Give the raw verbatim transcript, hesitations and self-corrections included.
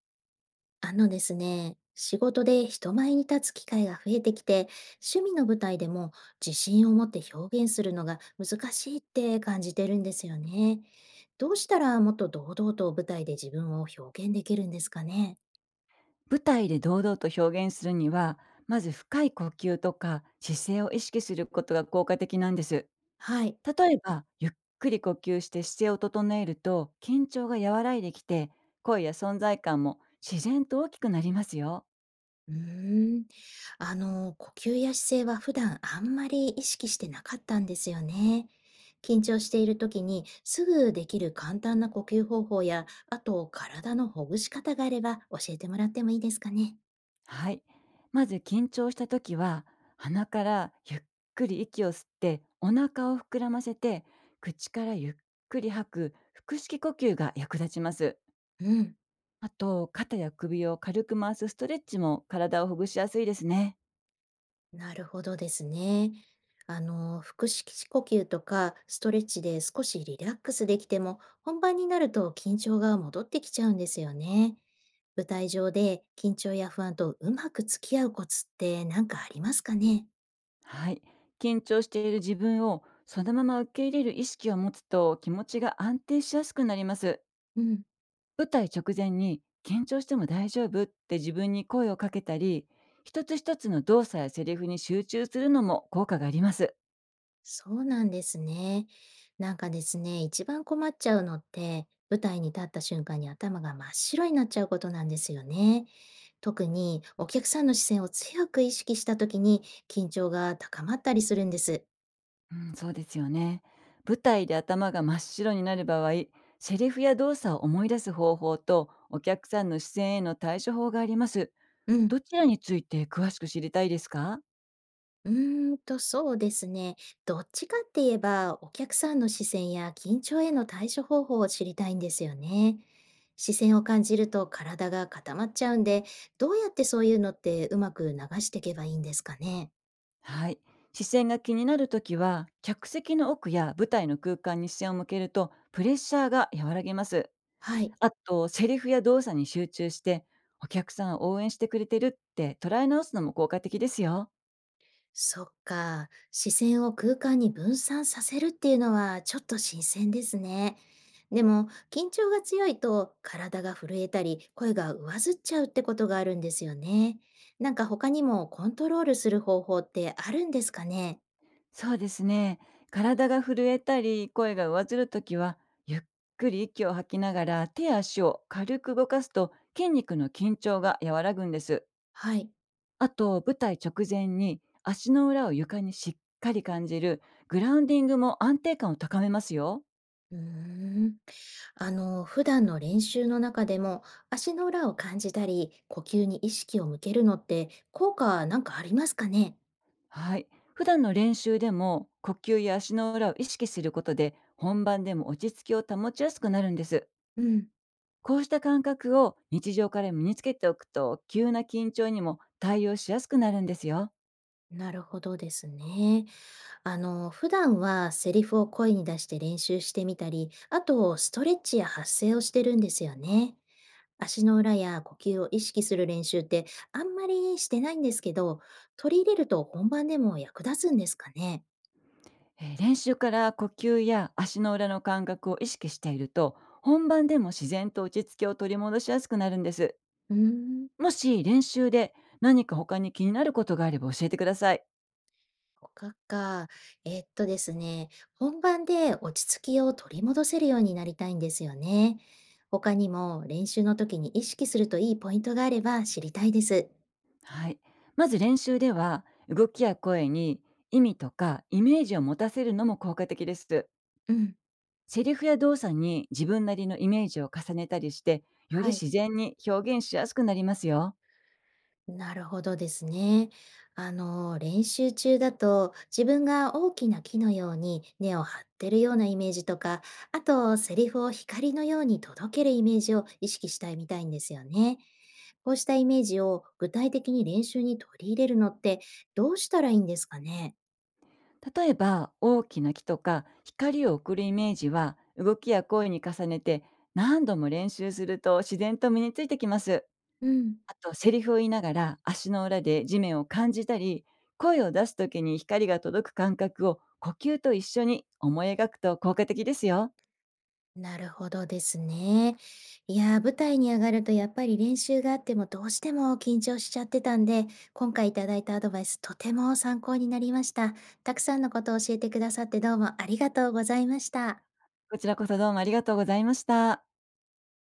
あのですね、仕事で人前に立つ機会が増えてきて、趣味の舞台でも自信を持って表現するのが難しいって感じてるんですよね。どうしたらもっと堂々と舞台で自分を表現できるんですかね。舞台で堂々と表現するには、まず深い呼吸とか姿勢を意識することが効果的なんです。はい。例えば、ゆっくり呼吸して姿勢を整えると、緊張が和らいできて、声や存在感も自然と大きくなりますよ。うーん、あの、呼吸や姿勢は普段あんまり意識してなかったんですよね。緊張している時にすぐできる簡単な呼吸方法や、あと体のほぐし方があれば教えてもらってもいいですかね。はい。まず緊張した時は、鼻からゆっくり息を吸って、お腹を膨らませて、口からゆっくり吐く腹式呼吸が役立ちます。うん。あと、肩や首を軽く回すストレッチも体をほぐしやすいですね。なるほどですね。あの、腹式呼吸とかストレッチで少しリラックスできても、本番になると緊張が戻ってきちゃうんですよね。舞台上で緊張や不安とうまく付き合うコツって何かありますかね？はい。緊張している自分をそのまま受け入れる意識を持つと気持ちが安定しやすくなります。うん、舞台直前に緊張しても大丈夫って自分に声をかけたり、一つ一つの動作やセリフに集中するのも効果があります。そうなんですね。なんかですね、一番困っちゃうのって、舞台に立った瞬間に頭が真っ白になっちゃうことなんですよね。特にお客さんの視線を強く意識した時に緊張が高まったりするんです。うん、そうですよね。舞台で頭が真っ白になる場合、セリフや動作を思い出す方法とお客さんの視線への対処法があります。うん。どちらについて詳しく知りたいですか？うーんと、そうですね。どっちかって言えば、お客さんの視線や緊張への対処方法を知りたいんですよね。視線を感じると体が固まっちゃうんで、どうやってそういうのってうまく流していけばいいんですかね。はい。視線が気になるときは、客席の奥や舞台の空間に視線を向けると、プレッシャーが和らげます。はい。あと、セリフや動作に集中して、お客さんを応援してくれてるって捉え直すのも効果的ですよ。そっか。視線を空間に分散させるっていうのはちょっと新鮮ですね。でも、緊張が強いと体が震えたり、声が上ずっちゃうってことがあるんですよね。なんか他にもコントロールする方法ってあるんですかね？そうですね。体が震えたり、声が上ずるときは、ゆっくり息を吐きながら手や足を軽く動かすと、筋肉の緊張が和らぐんです。はい。あと、舞台直前に足の裏を床にしっかり感じるグラウンディングも安定感を高めますよ。うーん。あの、普段の練習の中でも足の裏を感じたり、呼吸に意識を向けるのって効果なんかありますかね？はい。普段の練習でも呼吸や足の裏を意識することで本番でも落ち着きを保ちやすくなるんです。うん。こうした感覚を日常から身につけておくと急な緊張にも対応しやすくなるんですよ。なるほどですね。あの、普段はセリフを声に出して練習してみたり、あとストレッチや発声をしてるんですよね。足の裏や呼吸を意識する練習ってあんまりしてないんですけど、取り入れると本番でも役立つんですかね。えー練習から呼吸や足の裏の感覚を意識していると、本番でも自然と落ち着きを取り戻しやすくなるんです。うーん、もし練習で何か他に気になることがあれば教えてください。他か。えっとですね、本番で落ち着きを取り戻せるようになりたいんですよね。他にも練習の時に意識するといいポイントがあれば知りたいです。はい。まず練習では、動きや声に意味とかイメージを持たせるのも効果的です。うん。セリフや動作に自分なりのイメージを重ねたりして、よりはい。自然に表現しやすくなりますよ。なるほどですね。あの、練習中だと自分が大きな木のように根を張ってるようなイメージとか、あとセリフを光のように届けるイメージを意識したいみたいんですよね。こうしたイメージを具体的に練習に取り入れるのってどうしたらいいんですかね？例えば、大きな木とか光を送るイメージは動きや声に重ねて何度も練習すると自然と身についてきます。うん。あとセリフを言いながら、足の裏で地面を感じたり、声を出す時に光が届く感覚を呼吸と一緒に思い描くと効果的ですよ。なるほどですね。いやー、舞台に上がるとやっぱり練習があってもどうしても緊張しちゃってたんで、今回いただいたアドバイスとても参考になりました。たくさんのことを教えてくださってどうもありがとうございました。こちらこそどうもありがとうございました。